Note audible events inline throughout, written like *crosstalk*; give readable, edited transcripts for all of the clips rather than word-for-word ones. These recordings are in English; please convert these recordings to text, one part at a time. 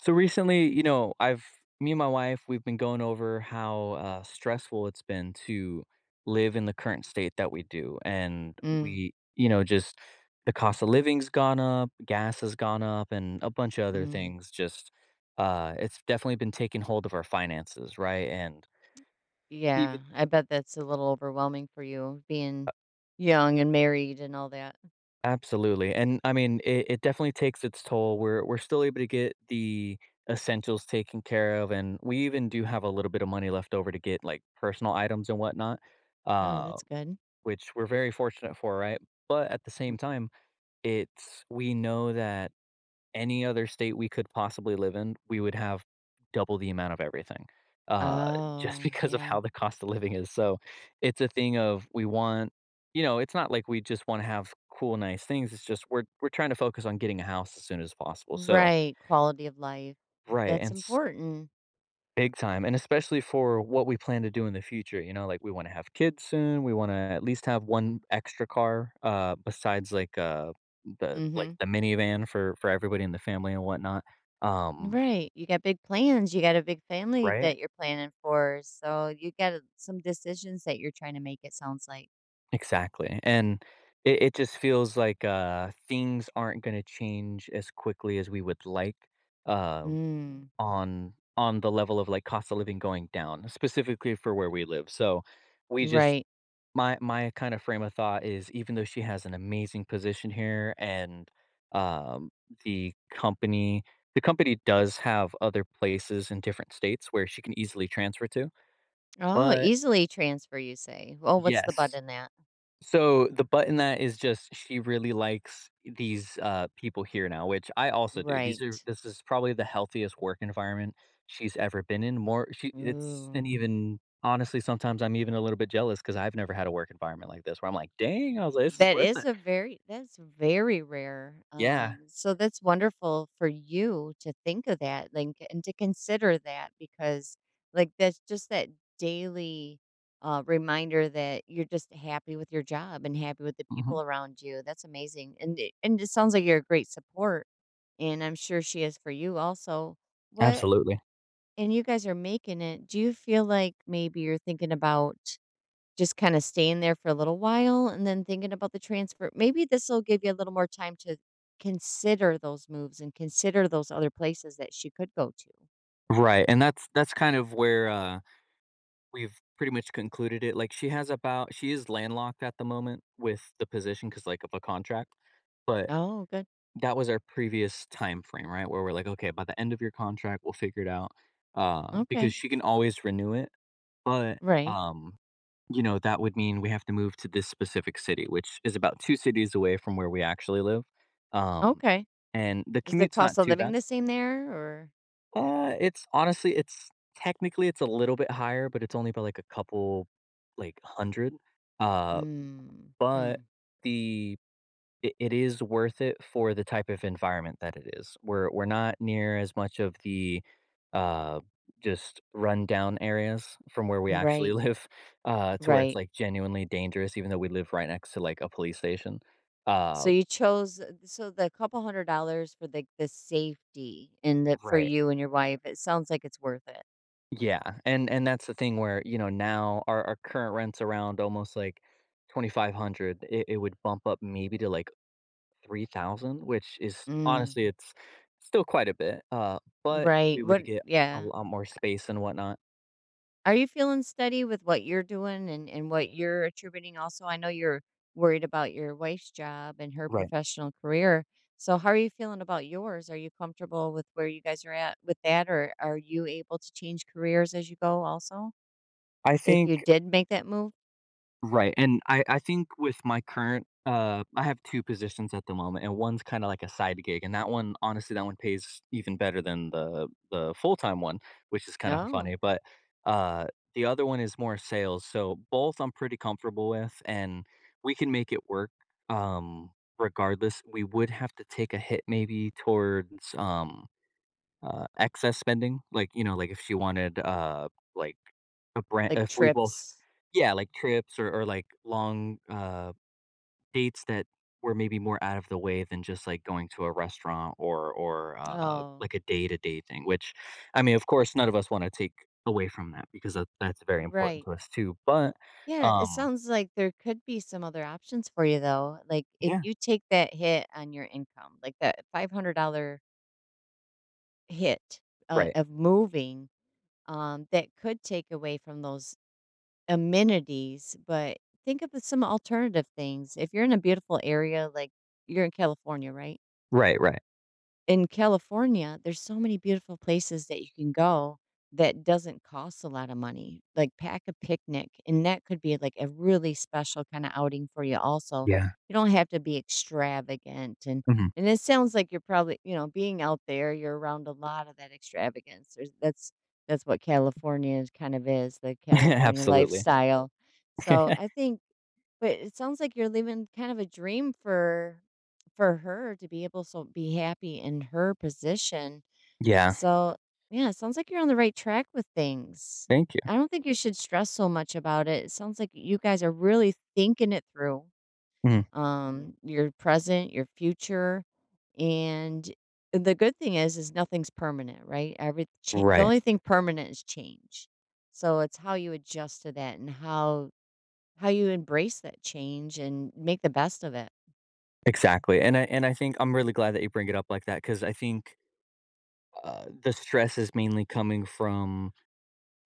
So recently, I've me and my wife, we've been going over how stressful it's been to live in the current state that we do, and Mm, we, you know, just the cost of living's gone up, gas has gone up, and a bunch of other mm. things. It's definitely been taking hold of our finances, right? And even. Yeah, I bet that's a little overwhelming for you being young and married and all that. Absolutely, and I mean, it definitely takes its toll. We're still able to get the essentials taken care of, and we even do have a little bit of money left over to get like personal items and whatnot, No, uh, that's good. which we're very fortunate for, right? But at the Mm, same time, it's we know that any other state we could possibly live in, we would have double the amount of everything, uh, *laughs* just oh, because of yeah. how the cost of living is. So it's a thing of we want, you know, it's not like we just want to have cool, nice things. It's just we're trying to focus on getting a house as soon as possible. So Right, quality of life. right, That's important. big time, and especially for what we plan to do in the future. You know, like we want to have kids soon. We want to at least have one extra car, besides Mhm. the minivan for everybody in the family and whatnot. Um, Right. You got big plans, you got a big family Right? that you're planning for, so you got some decisions that you're trying to make it sounds like. Exactly, and it just feels like, things aren't gonna change as quickly as we would like, uh, Mm, on the level of, like, cost of living going down, specifically for where we live, so, we just right. my kind of frame of thought is even though she has an amazing position here and, um, the company the company does have other places in different states where she can easily transfer to, Oh, but easily transfer you say. Oh, what's the but yes. in that? So the button that is just she really likes these people here now, which I also do. These are Right. this is probably the healthiest work environment she's ever been in. More she it's and Ooh. even honestly, sometimes I'm even a little bit jealous because I've never had a work environment like this where I'm like, dang, I was like, this is worth it. That's very rare. Yeah, So that's wonderful for you to think of that, like, and to consider that because, like, that's just that daily reminder that you're just happy with your job and happy with the hmm, people around you. That's amazing, and it sounds like you're a great support, and I'm sure she is for you also. What absolutely. And you guys are making it. Do you feel like maybe you're thinking about just kinda staying there for a little while and then thinking about the transfer? Maybe this'll give you a little more time to consider those moves and consider those other places that she could go to. Right, and that's kind of where we've pretty much concluded it. Like she has about she is landlocked at the moment with the position because like of a contract, but Oh, good. that was our previous time frame, right? Where we're like, "Okay, by the end of your contract, we'll figure it out." Because Okay. she can always renew it, but, Right. um, you know, that would mean we have to move to this specific city, which is about 2 cities away from where we actually live. Um, Okay. and the Is the commute's cost not of too living bad. the same there or? It's honestly it's technically, it's a little bit higher, but it's only by, like, a couple, like, 100. Uh, Mm. but Hmm. the it is worth it for the type of environment that it is. We're not near as much of the, uh, just rundown areas from where we actually Right. live, *laughs* to where it's, Right. like, genuinely dangerous even though we live right next to, like, a police station. So Uh, you chose the couple $100 for the safety and the for right. you and your wife, it sounds like it's worth it. Yeah, and that's the thing where, you know, now our current rent's around almost, like, 2,500. It it would bump up maybe to, like 3,000, which is Mm. honestly, it's still quite a bit, but Right. we would What get a Yeah. lot more space and whatnot. Are you feeling steady with what you're doing and what you're attributing? Also, I know you're worried about your wife's job and her Right. professional career. So, how are you feeling about yours? Are you comfortable with where you guys are at with that, or are you able to change careers as you go? Also, I if think you did make that move, right, and I think with my current I have 2 positions at the moment, and one's kinda like a side gig, and that one honestly, that one pays even better than the full-time one, which is kinda no, funny, but, uh, the other one is more sales, so both I'm pretty comfortable with, and we can make it work, um, regardless. We would have to take a hit maybe towards, excess spending, like, you know, like, if she wanted, like, a brand like if we both trips. yeah, like trips or like long, dates that were maybe more out of the way than just, like, going to a restaurant or, Oh, like a day-to-day thing, which, I mean, of course, none of us wanna take away from that because that's very important right. to us too, but, Yeah, it um, sounds like there could be some other options for you though. Like if yeah, you take that hit on your income, like that $500 hit, right, of moving, that could take away from those amenities, but think of some alternative things. If you're in a beautiful area, like you're in California, right? right, right, In California, there's so many beautiful places that you can go that doesn't cost a lot of money. Like pack a picnic, and that could be like a really special kind of outing for you. Also, yeah, you don't have to be extravagant, mhm, and it sounds like you're probably being out there, you're around a lot of that extravagance. There's, That's what California is, the *laughs* California absolutely. lifestyle. So *laughs* I think but it sounds like you're living kind of a dream for her to be able so be happy in her position. Yeah, So, yeah, it sounds like you're on the right track with things. thank you, I don't think you should stress so much about it. It sounds like you guys are really thinking it through. mhm, Your present, your future, and the good thing is nothing's permanent, right? The right, only thing permanent is change. So it's how you adjust to that and how you embrace that change and make the best of it. exactly, and I think I'm really glad that you bring it up like that because I think the stress is mainly coming from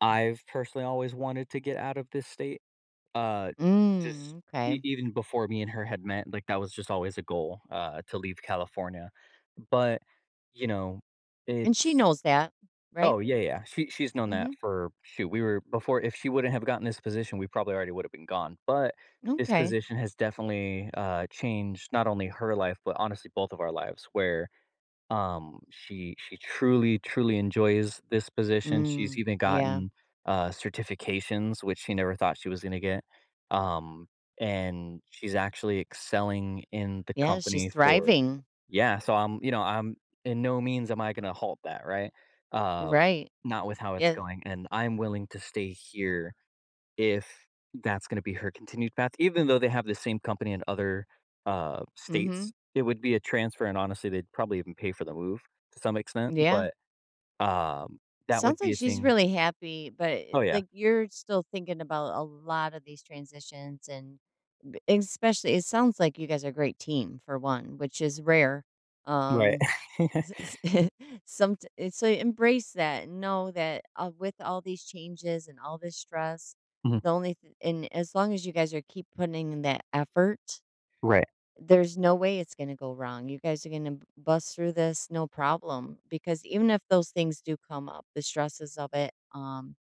I've personally always wanted to get out of this state. Uh, just Mm, okay. Even before me and her had met, like that was just always a goal to leave California. But you know, And she it's knows that, right? oh yeah, yeah. She's known that Mhm. for shoot. We were before. If she wouldn't have gotten this position, we probably already would have been gone. But this Okay. position has definitely changed not only her life, but honestly both of our lives. Where she truly, truly enjoys this position. She's Mm, even yeah. gotten certifications, which she never thought she was going to get. Um, and she's actually excelling in the Yeah, she's company for thriving. yeah so I'm you know I'm in no means am I going to halt that right uh Right. not with how it's Yeah. going and I'm willing to stay here if that's going to be her continued path, even though they have the same company in other Mhm. states. It would be a transfer, and honestly, they'd probably even pay for the move to some extent. Yeah. But um, It that sounds would like be a she's thing. really happy, but Oh yeah, like you're still thinking about a lot of these transitions and especially it sounds like you guys are a great team for one, which is rare. right, Um S *laughs* s *laughs* so embrace that and know that, with all these changes and all this stress, mhm, the only th and as long as you guys are keep putting in that effort, right, there's no way it's gonna go wrong. You guys are gonna bust through this no problem because even if those things do come up, the stresses of it,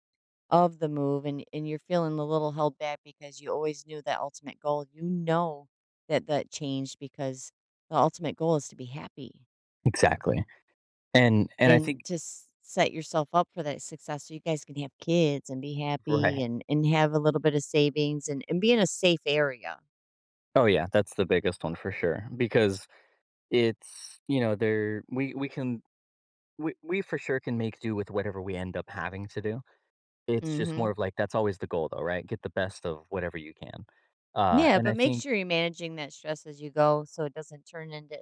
of the move, and you're feeling a little held back because you always knew that ultimate goal, you know that that changed because the ultimate goal is to be happy. exactly. And I think And to s set yourself up for that success so you guys can have kids and be right. happy and have a little bit of savings and be in a safe area. Oh yeah, that's the biggest one for sure because it's you know there we for sure can make do with whatever we end up having to do. It's just more Mhm. of like that's always the goal though, right? Get the best of whatever you can. Yeah, And but I make think sure you're managing that stress as you go so it doesn't turn into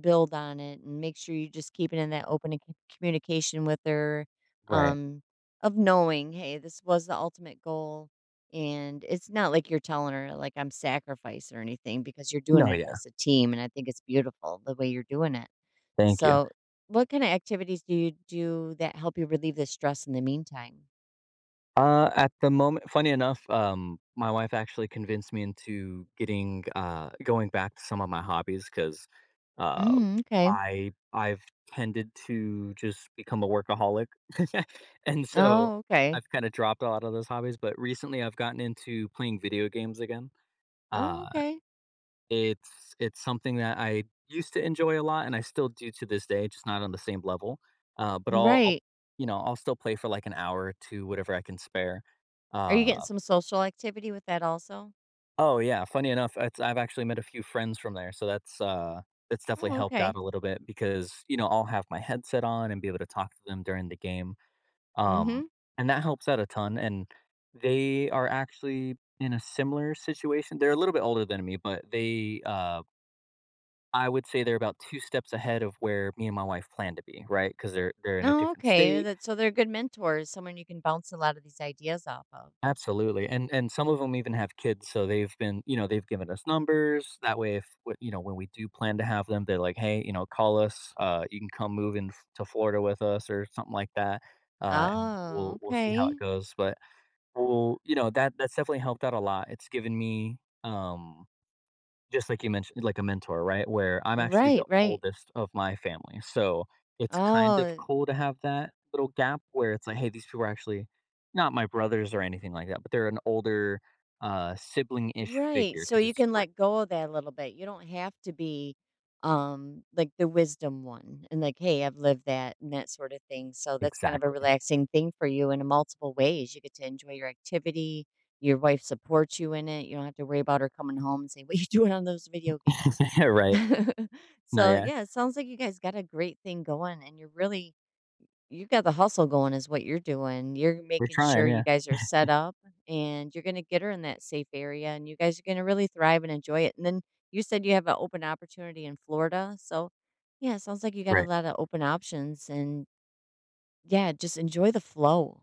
build on it and make sure you just keep it in that open c communication with her, right. um, of knowing, "Hey, this was the ultimate goal," and it's not like you're telling her, like, "I'm sacrificed," or anything because you're doing No, it yeah. as a team, and I think it's beautiful the way you're doing it. Thank you. So, what kind of activities do you do that help you relieve the stress in the meantime? At the moment, funny enough, my wife actually convinced me into getting going back to some of my hobbies because uh, Mm, okay. I've tended to just become a workaholic, *laughs* and so Oh, okay. I've kind of dropped a lot of those hobbies. But recently, I've gotten into playing video games again. Oh, Uh, okay. it's something that I used to enjoy a lot, and I still do to this day, just not on the same level. But Right. you know, I'll still play for like an hour to whatever I can spare. Are you getting Uh, some social activity with that also? oh yeah, funny enough, I've actually met a few friends from there, so that's definitely Oh, helped okay. out a little bit because you know I'll have my headset on and be able to talk to them during the game, um, Mm-hmm. and that helps out a ton. And they are actually in a similar situation. They're a little bit older than me, but they I would say they're about 2 steps ahead of where me and my wife plan to be, right? Because they 'Cause they're in a Oh, different okay. state. That so they're good mentors, someone you can bounce a lot of these ideas off of. Absolutely, and some of them even have kids, so they've been you know, they've given us numbers, that way if w you know, when we do plan to have them, they're like, "Hey," you know, "call us, you can come move in f to Florida with us," or something like that, and Oh, we'll see how it okay. goes, but we'll you know, that that's definitely helped out a lot. It's given me, um, just like you mentioned, like a mentor, right? Where I'm actually Right, the right. oldest of my family. So it's kind of Oh, cool to have that little gap where it's like, hey, these people are actually not my brothers or anything like that, but they're an older sibling ish right, figure so because you can let go of that a little bit. You don't have to be, like, the wisdom one and, like, "Hey, I've lived that," and that sort of thing, so that's kind of a exactly. relaxing thing for you in multiple ways. You get to enjoy your activity, your wife supports you in it, you don't have to worry about her coming home and saying, "What you *laughs* doing on those video games?" *laughs* Yeah, right. *laughs* No, So, yeah. yeah, it sounds like you guys got a great thing going, and you're really you got the hustle going is what you're doing. You're We're making sure trying. you Yeah. guys are set up and you're going to get her in that safe area and you guys are going to really thrive and enjoy it. And then you said you have an open opportunity in Florida. So, yeah, it sounds like you got a Right. lot of open options and yeah, just enjoy the flow.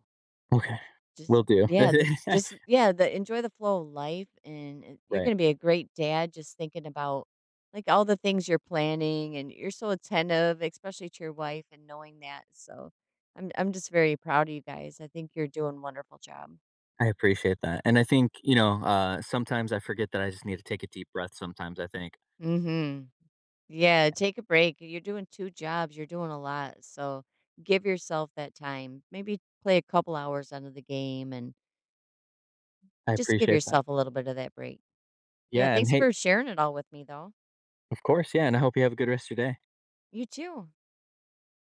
Okay. Will do. Just yeah, the enjoy the flow of life, and it you're *laughs* Right. gonna be a great dad just thinking about, like, all the things you're planning, and you're so attentive, especially to your wife and knowing that, so I'm just very proud of you guys. I think you're doing a wonderful job. I appreciate that. And I think, you know, sometimes I forget that I just need to take a deep breath sometimes. I think Mhm. Yeah, take a break. You're doing 2 jobs, you're doing a lot, so give yourself that time. Maybe play a couple hours under the game and I just give appreciate that. yourself a little bit of that break. Yeah, Yeah. And thanks hey, for sharing it all with me, though. of course, yeah, and I hope you have a good rest of your day. You too.